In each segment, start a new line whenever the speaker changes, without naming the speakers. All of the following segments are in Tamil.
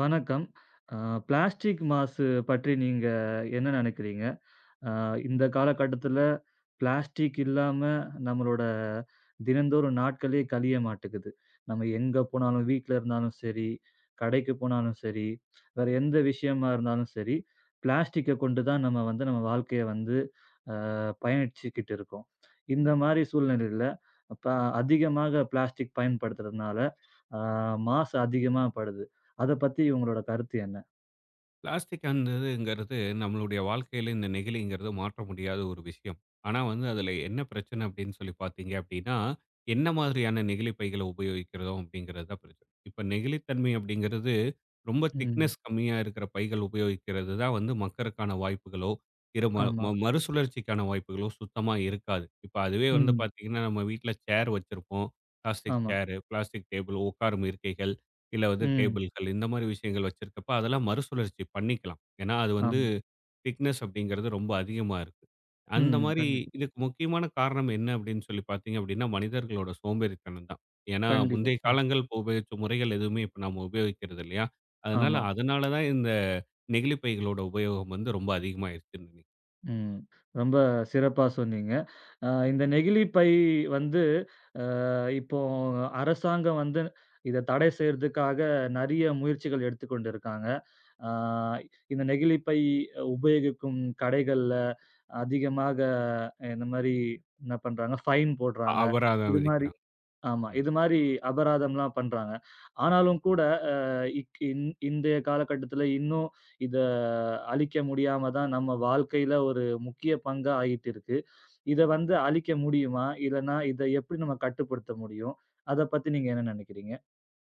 வணக்கம். அ பிளாஸ்டிக் மாசு பற்றி நீங்க என்ன நினைக்கிறீங்க? ஆ இந்த காலகட்டத்தில பிளாஸ்டிக் இல்லாம நம்மளோட தினந்தோறும் நாட்களே கழிய மாட்டேங்குது. நம்ம எங்க போனாலும், வீட்ல இருந்தாலும் சரி, கடைக்கு போனாலும் சரி, வேற எந்த விஷயமா இருந்தாலும் சரி, பிளாஸ்டிக்க கொண்டு தான் நம்ம வந்து நம்ம வாழ்க்கைய வந்து அ பயணிச்சுக்கிட்டு இருக்கோம். இந்த மாரி சூழ்நிலையில அப்ப அதிகமாக பிளாஸ்டிக் பயன்படுத்துறதுனால, ஆ மாசு அதிகமா படுது. அத பத்தி உங்களோட கருத்து என்ன?
பிளாஸ்டிக் அந்ததுங்கிறது நம்மளுடைய வாழ்க்கையில இந்த நெகிழிங்கிறது மாற்ற முடியாத ஒரு விஷயம். ஆனா வந்து அதுல என்ன பிரச்சனை அப்படின்னு சொல்லி பார்த்தீங்க அப்படின்னா, என்ன மாதிரியான நெகிழி பைகளை உபயோகிக்கிறோம் அப்படிங்கிறது தான் பிரச்சனை. இப்ப நெகிழித்தன்மை அப்படிங்கிறது ரொம்ப
ம்.
திக்னெஸ் கம்மியா இருக்கிற பைகள் உபயோகிக்கிறது தான் வந்து மக்கறக்கான வாய்ப்புகளோ, இரு ம
ஆமா.
ம மறுசுழற்சிக்கான வாய்ப்புகளோ சுத்தமா இருக்காது. இப்ப அதுவே வந்து
ம்.
பார்த்தீங்கன்னா, நம்ம வீட்ல சேர் வச்சிருப்போம். பிளாஸ்டிக்
ஆமா.
சேரு, பிளாஸ்டிக் டேபிள், உட்காரும் இருக்கைகள் இல்ல வந்து
ம்.
டேபிள்கள் இந்த மாதிரி விஷயங்கள் வச்சிருக்கப்ப அதெல்லாம் மறுசுழற்சி பண்ணிக்கலாம். ஏன்னா அது வந்து
ஆமா.
திக்னெஸ் அப்படிங்கிறது ரொம்ப அதிகமா இருக்கு. அந்த
ம்.
மாதிரி
கண்டிப்பா,
இதுக்கு முக்கியமான காரணம் என்ன அப்படின்னு சொல்லி பார்த்தீங்க அப்படின்னா, மனிதர்களோட சோம்பேறித்தனம் தான். ஏன்னா
கண்டிப்பா.
முந்தைய
ம்.
காலங்கள் இப்ப உபயோகிச்ச முறைகள் எதுவுமே இப்ப நாம உபயோகிக்கிறது இல்லையா? அதனால
ஆமா.
அதனால தான் இந்த நெகிழிப் பைகளோட உபயோகம் வந்து ரொம்ப அதிகமாயிருச்சுன்னு நினைக்கிறேன்.
ம். ரொம்ப சிறப்பா சொன்னீங்க. இந்த நெகிழி பை வந்து இப்போ அரசாங்கம் வந்து இத தடை செய்றதுக்காக நெறைய முயற்சிகள் எடுத்துக்கொண்டு இருக்காங்க. அ இந்த நெகிழி பை உபயோகிக்கும் கடைகள்ல அதிகமாக இந்த மாரி என்ன பண்றாங்க, ஃபைன் போடுறாங்க.
அபராதம்
இது மாரி
விதிக்கிறாங்க.
ஆமா.
ம்.
இது மாரி அபராதம்லாம் பண்றாங்க. ஆனாலும் கூட அ இக் இன் இன்றைய காலகட்டத்தில இன்னும் இத அழிக்க முடியாம தான் நம்ம வாழ்க்கையில ஒரு முக்கிய பங்கா ஆயிட்டு இருக்கு. இத வந்து அழிக்க முடியுமா? இல்லன்னா இத எப்படி நம்ம கட்டுப்படுத்த முடியும்? அத பத்தி நீங்க என்ன நினைக்கிறீங்க?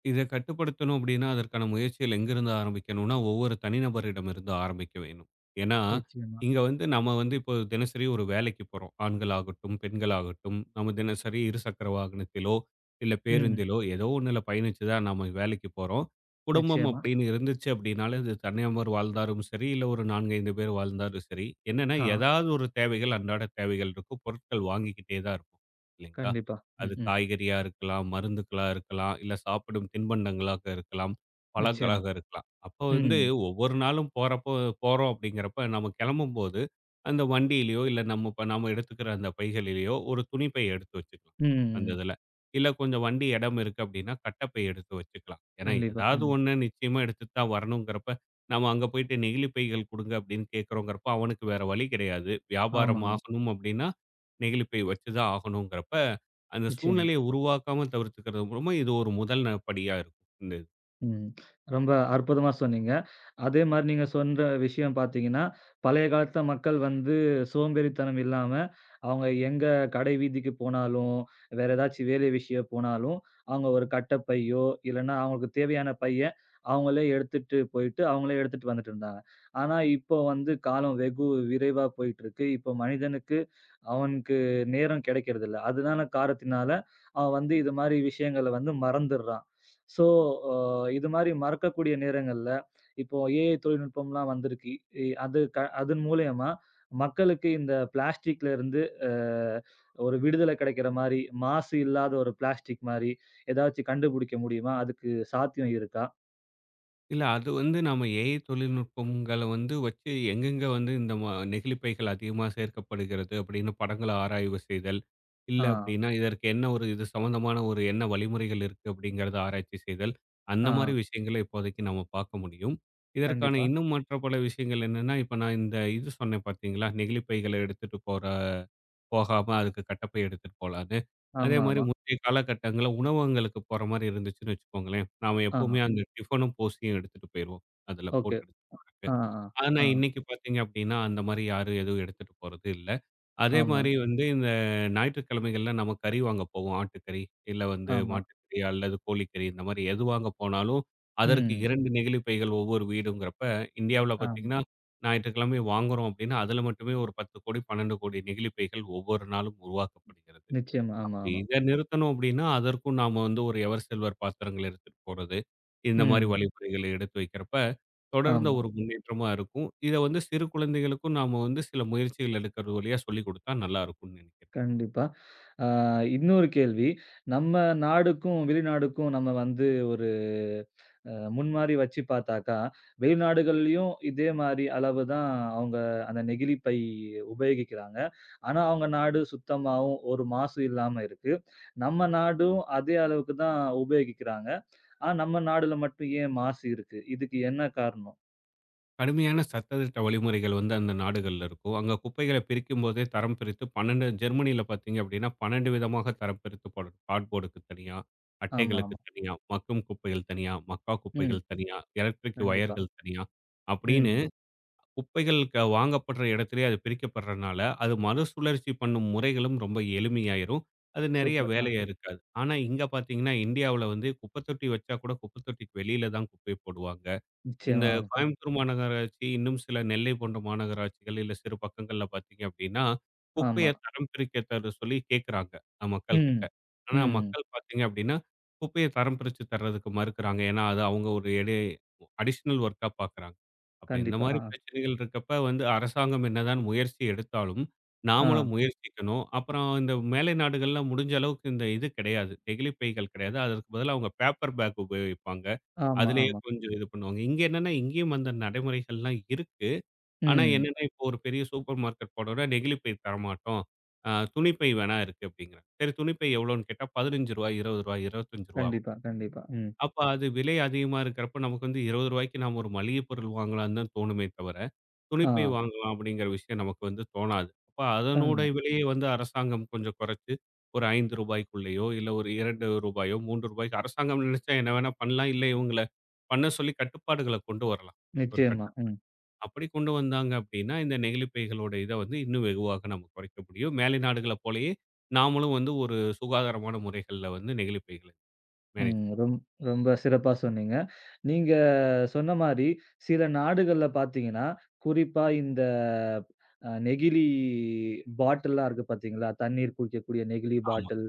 இத கட்டுப்படுத்தணும் அப்படின்னா, அதற்கான முயற்சிகள் எங்கிருந்து ஆரம்பிக்கணும்னா, ஒவ்வொரு தனிநபரிடமிருந்து ஆரம்பிக்க வேணும். ஏன்னா,
நிச்சயமா.
இங்க வந்து நம்ம வந்து இப்போ தினசரி ஒரு வேலைக்கு போறோம். ஆண்களாகட்டும், பெண்களாகட்டும், நம்ம தினசரி இருசக்கர வாகனத்திலோ, இல்ல
ம்.
பேருந்திலோ ஏதோ ஒண்ணுல பயணிச்சு தான் நம்ம வேலைக்கு போறோம். குடும்பம்
நிச்சயமா.
அப்படின்னு இருந்துச்சு அப்படின்னாலே, அது தனிநபர் வாழ்ந்தாலும் சரி, இல்ல ஒரு 4, 5 பேர் வாழ்ந்தாலும் சரி, என்னன்னா
ஆ.
ஏதாவது ஒரு தேவைகள், அன்றாட தேவைகள் இருக்கும். பொருட்கள் வாங்கிக்கிட்டே தான் இருப்போம். இல்லைங்களா?
கண்டிப்பா.
அது
ம், ம்.
காய்கறியா இருக்கலாம், மருந்துகளா இருக்கலாம், இல்ல சாப்பிடும் தின்பண்டங்களாக இருக்கலாம்,
நிச்சயம்.
பழங்களாக இருக்கலாம். அப்போ வந்து
ம்.
ஒவ்வொரு நாளும் போறோம் அப்படிங்கிறப்ப நம்ம கிளம்பும்போது, அந்த வண்டியிலயோ இல்ல நம்ம இப்ப நாம எடுத்துக்கிற அந்த பைகளிலேயோ ஒரு துணி பை எடுத்து வச்சுக்கலாம். அந்த
ம்.
இதுல. இல்ல கொஞ்சம் வண்டி இடம் இருக்கு அப்படின்னா கட்டப்பை எடுத்து வச்சுக்கலாம். ஏன்னா
கண்டிப்பா.
ஏதாவது
ம்.
ஒண்ணு நிச்சயமா எடுத்துட்டு தான் வரணுங்கிறப்ப, நம்ம அங்க போயிட்டு நெகிழி பைகள் குடுங்க அப்படின்னு கேட்கிறோங்கிறப்ப அவனுக்கு வேற வழி கிடையாது. வியாபாரம்
ஆமாங்க.
ஆகணும் அப்படின்னா, நெகிழிப்பை வச்சு தான் ஆகணுங்கிறப்ப அந்த
நிச்சயமா.
சூழ்நிலைய உருவாக்காம தவிர்த்துக்கிறது மூலமா இது ஒரு முதல் படியா இருக்கும். இந்த இது.
ம். ரொம்ப அற்புதமா சொன்னீங்க. அதே மாரி நீங்க சொல்ற விஷயம் பார்த்தீங்கன்னா, பழைய காலத்துல மக்கள் வந்து சோம்பேறித்தனம் இல்லாம, அவங்க எங்க கடை வீதிக்கு போனாலும், வேற ஏதாச்சும் வேலை விஷயம் போனாலும், அவங்க ஒரு கட்டை பையோ, இல்லன்னா அவங்களுக்கு தேவையான பைய அவங்களே எடுத்துட்டு போயிட்டு, அவங்களே எடுத்துட்டு வந்துட்டு இருந்தாங்க. ஆனா இப்போ வந்து காலம் வெகு விரைவா போயிட்டு இருக்கு. இப்போ மனிதனுக்கு அவனுக்கு நேரம் கிடைக்கிறதில்ல. அதுதான காரணத்தினால, அவன் வந்து இது மாரி விஷயங்கள வந்து மறந்துர்றான். ஸோ, அ இது மாரி மறக்கக்கூடிய நேரங்கள்ல, இப்போ ஏஐ தொழில்நுட்பம்லாம் வந்திருக்கு. இ அது க அதன் மூலியமா மக்களுக்கு இந்த பிளாஸ்டிக்ல இருந்து அ ஒரு விடுதலை கிடைக்கிற மாரி, மாசு இல்லாத ஒரு பிளாஸ்டிக் மாரி ஏதாச்சும் கண்டுபிடிக்க முடியுமா? அதுக்கு சாத்தியம் இருக்கா?
இல்ல அது வந்து நாம ஏஐ தொழில்நுட்பங்கள வந்து வச்சு எங்கெங்க வந்து இந்த நெகிழிப்பைகள் அதிகமா சேர்க்கப்படுகிறது அப்படின்னு படங்கள ஆராய்வு செய்தல், இல்ல
ஆ,
அப்படின்னா இதற்கு என்ன ஒரு இது சம்மந்தமான ஒரு என்ன வழிமுறைகள் இருக்கு அப்படிங்கிறத ஆராய்ச்சி செய்தல், அந்த மாரி
ஆ.
விஷயங்கள இப்போதைக்கு நம்ம பார்க்க முடியும். இதற்கான
கண்டிப்பா.
இன்னும் மற்ற பல விஷயங்கள் என்னன்னா, இப்ப நான் இந்த இது சொன்னேன் பார்த்தீங்களா? நெகிழிப்பைகள எடுத்துட்டு போகாம அதுக்கு கட்டப்பை எடுத்துட்டு போலான்னு. அதே மாரி
ஆமாமா.
முந்தைய காலகட்டங்கள்ல உணவகங்களுக்கு போற மாரி இருந்துச்சுன்னு வச்சுக்கோங்களேன், நாம
ஆ.
எப்பவுமே அந்த டிஃபனும், போசியும் எடுத்துட்டு போயிருவோம். அதுல
ஓகே.
போட்டு எடுத்துட்டு வரக்கு.
ஆ, ஆ,
ஆனா
ஆ.
இன்னைக்கு பாத்தீங்க அப்படின்னா, அந்த மாரி யாரும் எதுவும் எடுத்துட்டு போறது இல்ல. அதே
ஆமா,
மாரி வந்து இந்த ஞாயிற்றுக்கிழமைகள்ல நம்ம கறி வாங்க போவோம். ஆட்டுக்கறி, இல்ல வந்து
ஆமா.
மாட்டுக்கறி அல்லது கோழிக்கறி இந்த மாரி எது வாங்க போனாலும், அதற்கு
ம்.
2 நெகிழி பைகள் ஒவ்வொரு வீடுங்கிறப்ப, இந்தியாவுல
ஆ.
பார்த்தீங்கன்னா, ஞாயிற்றுக்கிழமை வாங்குறோம் அப்டின்னா, அதுல மட்டுமே ஒரு 10 கோடி, 12 கோடி நெகிழி பைகள் ஒவ்வொரு நாளும் உருவாக்கப்படுகிறது.
நிச்சயமா. ஆமா, ஆமா.
இத நிறுத்தணும் அப்டின்னா, அதற்கும் நாம வந்து ஒரு எவர் சில்வர் பாத்திரங்கள் எடுத்துட்டு போறது. இந்த மாரி
ம்.
வழிமுறைகள எடுத்து வைக்கிறப்ப, தொடர்ந்த
ஆமா.
ஒரு முன்னேற்றமா இருக்கும். இத வந்து சிறு குழந்தைகளுக்கும் நாம வந்து சில முயற்சிகள் எடுக்கிறது வழியா சொல்லிக் குடுத்தா நல்லா இருக்கும்னு நெனைக்கிறேன்.
கண்டிப்பா. ஆ இன்னொரு கேள்வி. நம்ம நாடுக்கும், வெளிநாடுக்கும் நம்ம வந்து ஒரு முன்மாரி வச்சு பார்த்தாக்கா, வெளிநாடுகள்லயும் இதே மாரி அளவு தான் அவுங்க அந்த நெகிழி பை உபயோகிக்கிறாங்க. ஆனா, அவுங்க நாடு சுத்தமாவும், ஒரு மாசு இல்லாம இருக்கு. நம்ம நாடும் அதே அளவுக்கு தான் உபயோகிக்கிறாங்க. ஆனா, நம்ம நாடுல மட்டும் ஏன் மாசு இருக்கு? இதுக்கு என்ன காரணம்?
கடுமையான சட்டதிட்ட வழிமுறைகள் வந்து அந்த நாடுகள்ல இருக்கும். அங்க குப்பைகள பிரிக்கும்போதே தரம் பிரித்து 12 ஜெர்மனில பார்த்தீங்க அப்டின்னா, 12 விதமாக தரம் பிரித்து போடணும். கார்ட்போர்டுக்கு தனியா, அட்டைகளுக்கு
ஆமாமா.
தனியா, மக்கும் குப்பைகள் தனியா, மக்கா
ம்.
குப்பைகள் தனியா, எலக்ட்ரிக்
கண்டிப்பா.
வயர்கள் தனியா, அப்படின்னு
ம்.
குப்பைகள் வாங்கப்படுற இடத்திலேயே அது பிரிக்கப்படுறனால, அது மறுசுழற்சி பண்ணும் முறைகளும் ரொம்ப எளிமையாயிரும். அது நெறைய
சூப்பர். ஆ.
வேலையா இருக்காது. ஆனா, இங்க பார்த்தீங்கன்னா, இந்தியாவுல வந்து குப்பத்தொட்டி வச்சா கூட குப்பத்தொட்டிக்கு வெளியில தான் குப்பைய போடுவாங்க. இந்த
நிச்சயமா. ஆமா.
கோயம்புத்தூர் மாநகராட்சி, இன்னும் சில நெல்லை போன்ற மாநகராட்சிகள், இல்ல சிறு பக்கங்கள்ல பார்த்தீங்க அப்படின்னா, குப்பைய
ஆமா.
தரம் பிரிக்க தர சொல்லி கேட்குறாங்க மக்கள்
ம்.
கிட்ட. ஆனா
ம்.
மக்கள் பார்த்தீங்க அப்படின்னா, குப்பைய தரம் பிரிச்சு தர்றதுக்கு மறுக்கிறாங்க. ஏன்னா, அது அவங்க ஒரு எடை அடிஷனல் ஒர்க்கா பார்க்குறாங்க. அப்ப இந்த
கண்டிப்பா.
மாரி
ஆ.
பிரச்சனைகள் இருக்கப்ப வந்து அரசாங்கம் என்னதான் முயற்சி எடுத்தாலும்,
ஆ.
நாமளும் முயற்சிக்கணும். அப்புறம் இந்த மேலை நாடுகள்லாம் முடிஞ்ச அளவுக்கு இந்த இது கிடையாது. நெகிழிப் பைகள் கிடையாது. அதற்கு பதிலா அவங்க பேப்பர் பேக் உபயோகிப்பாங்க.
ஆமா,
அதிலேயே
ஆமா.
கொஞ்சம் இது பண்ணுவாங்க. இங்க என்னன்னா, இங்கேயும் அந்த நடைமுறைகள்லாம் இருக்கு. ஆனா
ம்.
என்னன்னா, இப்போ ஒரு பெரிய சூப்பர் மார்க்கெட் போனோம்னா, நெகிழிப்பை தரமாட்டோம். அ துணிப்பை வேணா இருக்கு அப்படிங்கிறாங்க. சரி துணிப்பை எவ்வளோன்னு கேட்டா, ரூ. 15, ரூ. 20, ரூ. 25.
கண்டிப்பா, கண்டிப்பா. ம்.
அப்ப அது விலை அதிகமா இருக்கிறப்ப நமக்கு வந்து ரூ. 20க்கு நாம ஒரு மளிகை பொருள் வாங்கலாம்னு தான் தோணுமே தவிர,
ஆ.
துணிப்பை வாங்கலாம் அப்படிங்கிற விஷயம் நமக்கு வந்து தோணாது. அப்ப அதனோட
ஆமா.
விலையை வந்து அரசாங்கம் கொஞ்சம் குறைச்சு, ஒரு ரூ. 5க்குள்ளேயோ இல்ல ஒரு ரூ. 2யோ ரூ. 3க்கு அரசாங்கம் நினைச்சா என்ன வேணா பண்ணலாம். இல்ல இவங்கள பண்ண சொல்லி கட்டுப்பாடுகள கொண்டு வரலாம். ஒரு
நிச்சயமா.
கட்டம்.
ம்.
அப்படி கொண்டு வந்தாங்க அப்படின்னா, இந்த நெகிழி பைகளோட இத வந்து இன்னும் வெகுவாக நம்ம குறைக்க முடியும். மேலை நாடுகள போலயே நாமளும் வந்து ஒரு சுகாதாரமான முறைகள்ல வந்து நெகிழி பைகள மேனேஜ்
ம். ரொம்ப சிறப்பா சொன்னீங்க. நீங்க சொன்ன மாரி சில நாடுகள்ல பார்த்தீங்கன்னா, குறிப்பா இந்த நெகிழி பாட்டில்லாம் இருக்கு பார்த்தீங்களா? தண்ணீர் குடிக்கக்கூடிய நெகிழி
ஆமா.
பாட்டில்,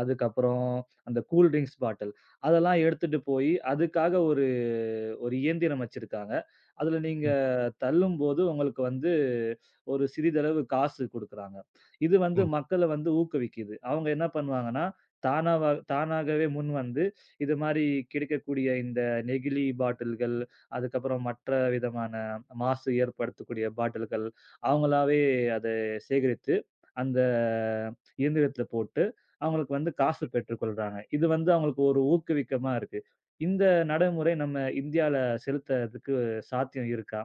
அதுக்கப்புறம் அந்த கூல் ட்ரிங்க்ஸ் பாட்டில் அதெல்லாம் எடுத்துட்டு போயி, அதுக்காக ஒரு ஒரு இயந்திரம் வச்சிருக்காங்க. அதுல நீங்க
ம்.
தள்ளும்போது உங்களுக்கு வந்து ஒரு சிறிதளவு காசு குடுக்குறாங்க. இது வந்து
உண்ம.
மக்கள வந்து ஊக்குவிக்குது. அவங்க என்ன பண்ணுவாங்கன்னா, தானாவ தானாகவே முன் வந்து இது மாரி கிடைக்கக்கூடிய இந்த நெகிழி பாட்டில்கள், அதுக்கப்புறம் மற்ற விதமான மாசு ஏற்படுத்தக்கூடிய பாட்டில்கள், அவங்களாவே அத சேகரித்து அந்த இயந்திரத்துல போட்டு அவங்களுக்கு வந்து காசு பெற்றுக்கொள்றாங்க. இது வந்து அவங்களுக்கு ஒரு ஊக்குவிக்கமா இருக்கு. இந்த நடைமுறை நம்ம இந்தியால செலுத்துறதுக்கு சாத்தியம் இருக்கா?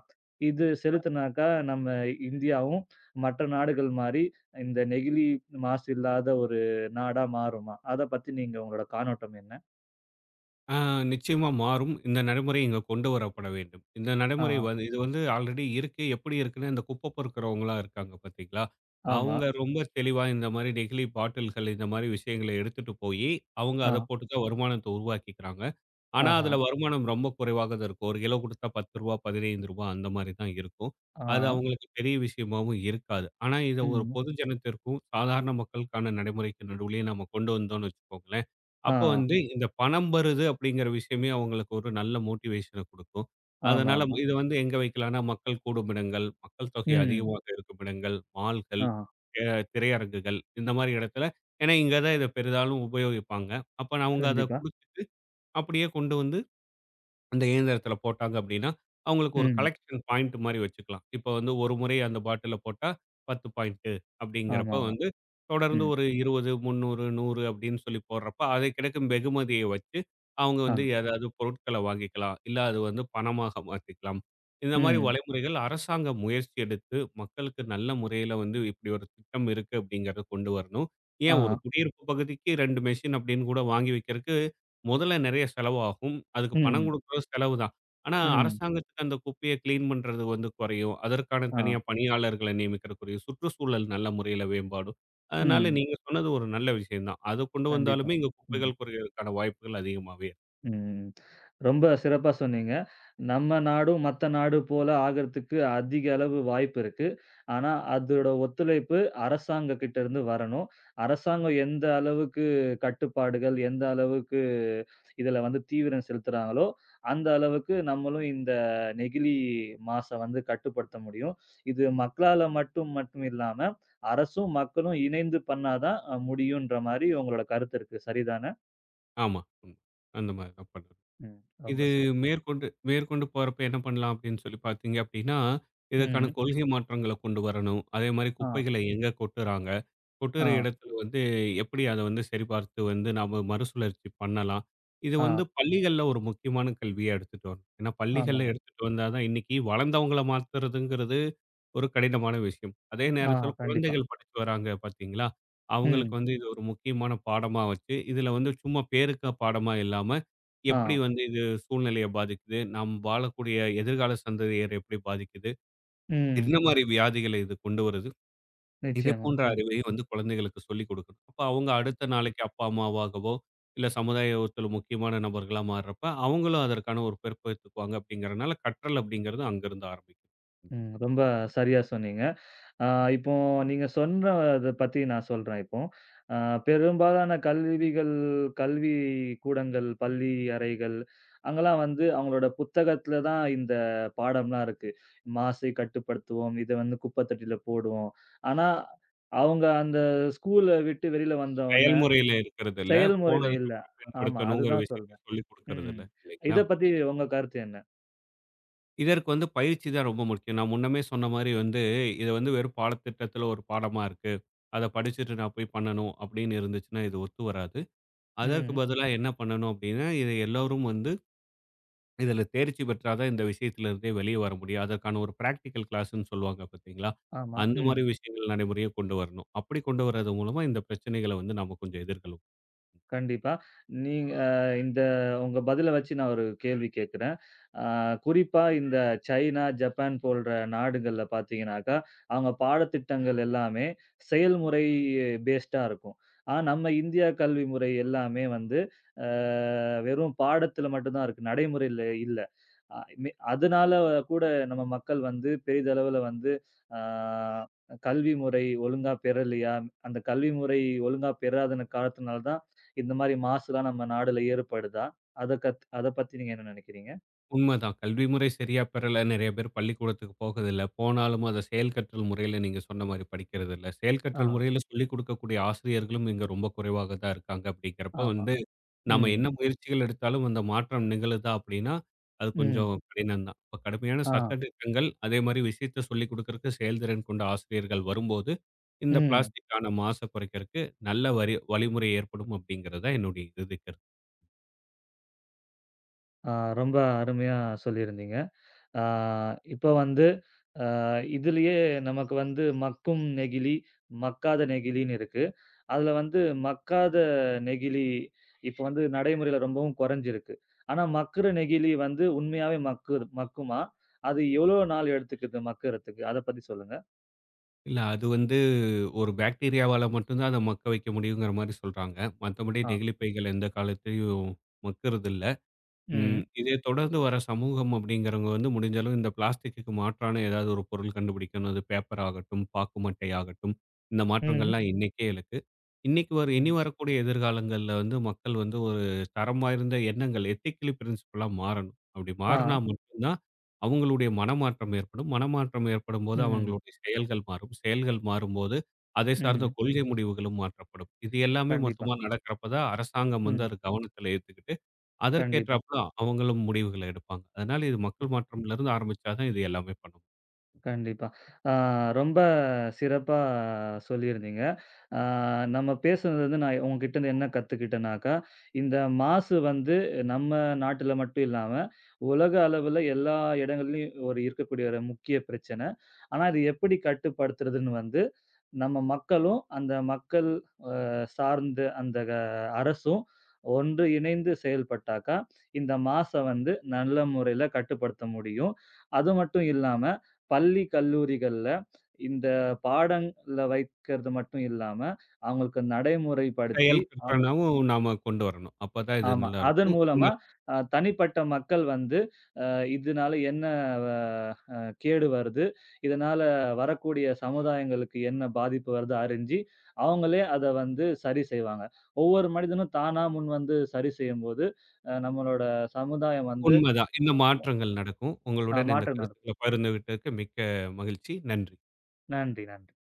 இது செலுத்துனாக்கா, நம்ம இந்தியாவும் மற்ற நாடுகள் மாரி, இந்த நெகிழி மாசு இல்லாத ஒரு நாடா மாறுமா? அத பத்தி நீங்க உங்களோட காண்ணோட்டம் என்ன?
ஆ நிச்சயமா மாறும். இந்த நடைமுறை இங்க கொண்டு வரப்பட வேண்டும். இந்த நடைமுறை
ஆ,
வந்து இது வந்து ஆல்ரெடி இருக்கு. எப்படி இருக்குன்னா, இந்த குப்ப பொறுக்குறவங்கலாம் இருக்காங்க பார்த்தீங்களா?
ஆமா.
அவங்க ரொம்ப தெளிவா இந்த மாரி நெகிழி பாட்டில்கள், இந்த மாரி விஷயங்கள எடுத்துட்டு போயி, அவங்க அத
ஆ,
போட்டு தான் வருமானத்த உருவாக்கிக்கிறாங்க. ஆனா,
ஆஹா,
அதுல வருமானம் ரொம்ப குறைவாக தான் இருக்கும். 1 கிலோ குடுத்தா ரூ. 10, ரூ. 15 அந்த மாரி தான் இருக்கும். அது
ஆ,
அவங்களுக்கு பெரிய விஷயமாவும் இருக்காது. ஆனா, இத ஒரு
ம்.
பொது ஜனத்திற்கும், சாதாரண மக்களுக்கான நடைமுறைக்கு நடுவுலயும் நம்ம கொண்டு வந்தோம்னு வச்சுக்கோங்களேன். அப்போ
ஆ,
வந்து இந்த பணம் வருது அப்படிங்கிற விஷயமே அவங்களுக்கு ஒரு நல்ல மோட்டிவேஷன குடுக்கும். அதனால
ஆமாமா.
இத வந்து எங்க வைக்கலாம்னா, மக்கள் கூடும் இடங்கள், மக்கள் தொகை
ம்.
அதிகமாக இருக்கும் இடங்கள், மால்கள்,
ஆ,
அ திரையரங்குகள் இந்த மாரி இடத்துல, ஏன்னா இங்க தான் இத பெரிதாலும் உபயோகிப்பாங்க. அப்ப நான் அவங்க அத
கண்டிப்பா.
குடுத்துட்டு அப்படியே கொண்டு வந்து அந்த இயந்திரத்துல போட்டாங்க அப்படின்னா, அவங்களுக்கு ஒரு
ம்.
கலெக்ஷன் பாயிண்ட் மாரி வச்சுக்கலாம். இப்ப வந்து ஒரு முறை அந்த பாட்டில போட்டா 10 பாயிண்ட் அப்படிங்கிறப்ப
ஆமாமா.
வந்து, தொடர்ந்து
ம்.
ஒரு 20, 300, 100 அப்படின்னு சொல்லி போடுறப்ப, அது கிடைக்கும் வெகுமதிய வச்சு, அவங்க
ஆ,
வந்து ஏதாவது பொருட்கள வாங்கிக்கலாம். இல்ல அது வந்து பணமாக மாத்திக்கலாம். இந்த மாரி
ம்.
வழிமுறைகள் அரசாங்கம் முயற்சி எடுத்து, மக்களுக்கு நல்ல முறையில வந்து இப்படி ஒரு திட்டம் இருக்கு அப்படிங்கிறத கொண்டு வரணும். ஏன் ஒரு
ஆ,
குடியிருப்பு பகுதிக்கு 2 மெஷின் அப்படின்னு கூட வாங்கி வைக்கிறக்கு முதல்ல நெறைய செலவாகும். அதுக்கு பணம்
ம்.
குடுக்குறது செலவு தான். ஆனா,
ம்.
அரசாங்கத்துக்கு அந்த குப்பைய கிளீன் பண்றது வந்து குறையும். அதற்கான
ஆ,
தனியா பணியாளர்கள நியமிக்கிறது குறையும். சுற்றுச்சூழல் நல்ல முறையில மேம்பாடும். அதனால
ம்.
நீங்க சொன்னது ஒரு நல்ல விஷயம் தான். அத கொண்டு
கண்டிப்பா.
வந்தாலுமே இங்க
ம்.
குப்பைகள் குறையறதுக்கான வாய்ப்புகள் அதிகமாவே இருக்கு.
ம். ரொம்ப சிறப்பா சொன்னீங்க. நம்ம நாடும், மத்த நாடு போல ஆகறதுக்கு அதிக அளவு வாய்ப்பு இருக்கு. ஆனா, அதோட ஒத்துழைப்பு அரசாங்க கிட்ட இருந்து வரணும். அரசாங்கம் எந்த அளவுக்கு கட்டுப்பாடுகள், எந்த அளவுக்கு இதுல வந்து தீவிரம் செலுத்துறாங்களோ, அந்த அளவுக்கு நம்மளும் இந்த நெகிழி மாச வந்து கட்டுப்படுத்த முடியும். இது மக்களால மட்டும் மட்டும் இல்லாம, அரசும், மக்களும் இணைந்து பண்ணா தான் முடியுன்ற மாரி உங்களோட கருத்து இருக்கு. சரிதானே?
ஆமா. ம். அந்த மாரி தான் பண்ணணும்.
ம்.
இது
ரொம்ப சிறப்
மேற்கொண்டு மேற்கொண்டு போறப்ப என்ன பண்ணலாம் அப்படின்னு சொல்லி பார்த்தீங்க அப்படின்னா, இதற்கான
ம்.
கொள்கை மாற்றங்கள கொண்டு வரணும். அதே மாரி
ஆ,
குப்பைகள எங்க கொட்டுறாங்க? கொட்டுற
ஆ,
இடத்துல வந்து எப்படி அத வந்து சரிபார்த்து வந்து நாம மறுசுழற்சி பண்ணலாம். இது
ஆ,
வந்து பள்ளிகள்ல ஒரு முக்கியமான கல்வியா எடுத்துட்டு வரணும். ஏன்னா
ஆமா.
பள்ளிகள்ல ம். எடுத்துட்டு வந்தா தான் இன்னைக்கு வளர்ந்தவங்கள மாத்துறதுங்கிறது ஒரு கடினமான விஷயம். அதே
ஆ,
நேரத்துல
கண்டிப்பா.
குழந்தைகள் படிச்சு வராங்க பார்த்தீங்களா? அவங்களுக்கு
ம்.
வந்து இது ஒரு முக்கியமான பாடமா வச்சு, இதுல வந்து சும்மா பேருக்கா பாடமா இல்லாம,
ஆ,
எப்படி வந்து இது சூழ்நிலைய பாதிக்குது? நாம் வாழக்கூடிய எதிர்கால சந்ததியர் எப்படி பாதிக்குது?
ம்.
என்ன மாரி வியாதிகள இது கொண்டு வருது? இதே
நிச்சயமா.
போன்ற
ம்,
அறிவையும் வந்து குழந்தைகளுக்கு சொல்லிக் கொடுக்கணும். அப்ப அவங்க அடுத்த நாளைக்கு அப்பா, அம்மாவாகவோ, இல்ல சமுதாயத்துல முக்கியமான நபர்களா மாறுறப்ப, அவங்களும் அதற்கான ஒரு பெருப்பெடுத்துக்குவாங்க அப்படிங்கிறனால, கற்றல் அப்படிங்கிறது அங்கருந்து ஆரம்பிக்கும்.
ம். ரொம்ப சரியா சொன்னீங்க. ஆ இப்போ நீங்க சொன்னத பத்தி நான் சொல்றேன் இப்போ. அ பெரும்பாலான கல்வி கூடங்கள், பள்ளி அறைகள் அங்கலாம் வந்து அவங்களோட புத்தகத்தில தான் இந்த பாடம்லாம் இருக்கு. மாசை கட்டுப்படுத்துவோம், இத வந்து குப்பை தொட்டியில போடுவோம். ஆனா, அவங்க அந்த ஸ்கூல விட்டு வெளியில வந்த உடனே
செயல்முறையில இருக்கிறது இல்ல.
செயல்முறையில இல்ல.
போனதுக்கப்புறம்
ஆமா,
பயன்படுத்தணுங்கிற
அதுதான்
விஷயத்த
சொல்றேன்.
சொல்லிக் கொடுக்கறது இல்ல.
ம்.
இல்லைங்களா?
இத பத்தி உங்க கருத்து என்ன?
இதற்கு வந்து பயிற்சி தான் ரொம்ப முக்கியம். நான் முன்னமே சொன்ன மாரி வந்து, இது வந்து வெறும் பாடத்திட்டத்துல ஒரு பாடமா இருக்கு. அத படிச்சுட்டு நான் போய் பண்ணணும் அப்படின்னு இருந்துச்சுன்னா, இது ஒத்து வராது. அதற்கு
ம்.
பதிலா என்ன பண்ணணும் அப்படின்னா, இத எல்லோரும் வந்து இதில தேர்ச்சி பெற்றா தான் இந்த விஷயத்திலிருந்தே வெளிய வர முடியும். அதற்கான ஒரு பிராக்டிகல் கிளாஸ்ன்னு சொல்லுவாங்க பார்த்தீங்களா?
ஆமா.
அந்த
ம்.
மாரி விஷயங்கள் நடைமுறைய கொண்டு வரணும். அப்படி கொண்டு வரது மூலமா இந்த பிரச்சனைகள வந்து நாம கொஞ்சம் எதிர்கொள்ளும்.
கண்டிப்பா. நீங்க அ இந்த உங்க பதில வச்சு நான் ஒரு கேள்வி கேட்கிறேன். அ குறிப்பா இந்த சைனா, ஜப்பான் போன்ற நாடுகள்ல பார்த்தீங்கனாக்கா, அவங்க பாடத்திட்டங்கள் எல்லாமே செயல்முறை பேஸ்டா இருக்கும். ஆனா நம்ம இந்தியா கல்வி முறை எல்லாமே வந்து, அ வெறும் பாடத்துல மட்டும் தான் இருக்கு. நடைமுறையில இல்ல. அ மே அதனால கூட நம்ம மக்கள் வந்து பெரிதளவுல வந்து ஆ கல்வி முறை ஒழுங்கா பெறலையா? அந்த கல்வி முறை ஒழுங்கா பெறாதன காரணத்தினால தான், இந்த மாரி மாசுலாம் நம்ம நாடுல ஏற்படுதா? அத பத்தி நீங்க என்ன நெனைக்கிறீங்க?
உண்மதான். கல்வி முறை சரியா பெறல. நெறைய பேர் பள்ளிக்கூடத்துக்கு போகதில்ல. போனாலும் அத செயல் கற்றல் முறையில நீங்க சொன்ன மாரி படிக்கிறதில்ல. செயல்
ஆ,
கற்றல் முறையில சொல்லிக் குடுக்கக்கூடிய ஆசிரியர்களும் இங்க ரொம்ப குறைவாக தான் இருக்காங்க. அப்படிங்கிறப்ப
ஆமா.
வந்து நாம
ம்,
என்ன முயற்சிகள் எடுத்தாலும் அந்த மாற்றம் நிகழுதா அப்படின்னா, அது
ம்,
கொஞ்சம் கடினம் தான். இப்ப கடுமையான
ஆ,
சட்ட திட்டங்கள், அதே மாரி விஷயத்த சொல்லிக் குடுக்கறக்கு செயல்திறன் கொண்ட ஆசிரியர்கள் வரும்போது, இந்த
ம்.
பிளாஸ்டிக்கான மாச குறைக்கிறக்கு நல்ல வரி வழிமுறை ஏற்படும் அப்படிங்கிறது தான் என்னுடைய இறுதி கருத்து.
ஆ ரொம்ப அருமையா சொல்லியிருந்தீங்க. ஆ இப்ப வந்து அ இதுலயே நமக்கு வந்து மக்கும் நெகிழி, மக்காத நெகிழின்னு இருக்கு. அதுல வந்து மக்காத நெகிழி இப்ப வந்து நடைமுறையில ரொம்பவும் குறைஞ்சிருக்கு. ஆனா மக்குற நெகிழி வந்து உண்மையாவே மக்குது மக்குமா? அது எவ்வளோ நாள் எடுத்துக்குது மக்கறதுக்கு? அத பத்தி சொல்லுங்க.
இல்ல அது வந்து ஒரு பாக்டீரியாவால மட்டும் தான் அத மக்க வைக்க முடியுங்கிற மாரி சொல்றாங்க. மத்தபடி
ஆ.
நெகிழிப் பைகள் எந்த காலத்திலயும் மக்குறதில்ல. ம்.
ம்.
இதே தொடர்ந்து வர சமூகம் அப்படிங்கிறவங்க வந்து முடிஞ்ச அளவு இந்த பிளாஸ்டிக்குக்கு மாற்றான ஏதாவது ஒரு பொருள் கண்டுபிடிக்கணும். அது பேப்பர் ஆகட்டும், பாக்கு மட்டை ஆகட்டும். இந்த
ம்.
மாற்றங்கள்லாம் இன்னைக்கே இருக்கு. இன்னைக்கு வர இனி
கண்
வரக்கூடிய எதிர்காலங்கள்ல வந்து மக்கள் வந்து ஒரு தரம் வாய்ந்த எண்ணங்கள் எத்திக்கலி பிரின்சிபலா மாறணும். அப்படி மாறினா
ஆ.
மட்டும் தான் அவங்களுடைய மனமாற்றம் ஏற்படும். மனமாற்றம் ஏற்படும்போது
ம்.
அவங்களுடைய செயல்கள் மாறும். செயல்கள் மாறும்போது அதை சார்ந்த
ம்.
கொள்கை முடிவுகளும் மாற்றப்படும். இது எல்லாமே
கண்டிப்பா.
மொத்தமா நடக்கிறப்ப தான் அரசாங்கம் வந்து
ம்.
அது கவனத்துல ஏத்துக்கிட்டு
கண்டிப்பா.
அதற்கேற்றாப்ல அவங்களும் முடிவுகள எடுப்பாங்க. அதனால இது மக்கள் மாற்றம்லருந்து ஆரம்பிச்சா தான் இது எல்லாமே பண்ண முடியும்.
கண்டிப்பா. ஆ ரொம்ப சிறப்பா சொல்லியிருந்தீங்க. ஆ நம்ம பேசுனது வந்து நான் உங்ககிட்ட இருந்து என்ன கத்துக்கிட்டேன்னாக்கா, இந்த மாசு வந்து நம்ம நாட்டுல மட்டும் இல்லாம, உலக அளவுல எல்லா இடங்கள்லயும் ஒரு இருக்கக்கூடிய ஒரு முக்கிய பிரச்சனை. ஆனா, அது எப்படி கட்டுப்படுத்துறதுன்னு வந்து, நம்ம மக்களும், அந்த மக்கள் அ சார்ந்த அந்த அரசும் ஒன்று இணைந்து செயல்பட்டாக்கா, இந்த மாச வந்து நல்ல முறையில கட்டுப்படுத்த முடியும். அது மட்டும் இல்லாம பள்ளி, கல்லூரிகள்ல இந்த பாடங்கள்ல வைக்கிறது மட்டும் இல்லாம, அவங்களுக்கு நடைமுறைப்படுத்தி,
செயல்
அவங்க
திட்டமும் நாம கொண்டு வரணும். அப்பதான் இது
ஆமா. அதன்
நல்லாருக்கும். இந்த
மூலமா தனிப்பட்ட மக்கள் வந்து, அ இதனால என்ன அ அ கேடு வருது? இதனால வரக்கூடிய சமுதாயங்களுக்கு என்ன பாதிப்பு வருது? அறிஞ்சு, அவங்களே அத வந்து சரி செய்வாங்க. ஒவ்வொரு மனிதனும் தானா முன்வந்து சரி செய்யும்போது, நம்மளோட சமுதாயம் வந்து
உண்மதான். இந்த மாற்றங்கள் நடக்கும். உங்களுடன் இந்த
மாற்றம் நடக்கும்.
கருத்துக்கள பகிர்ந்துகிட்டதுக்கு மிக்க மகிழ்ச்சி. நன்றி.
நன்றி, நன்றி.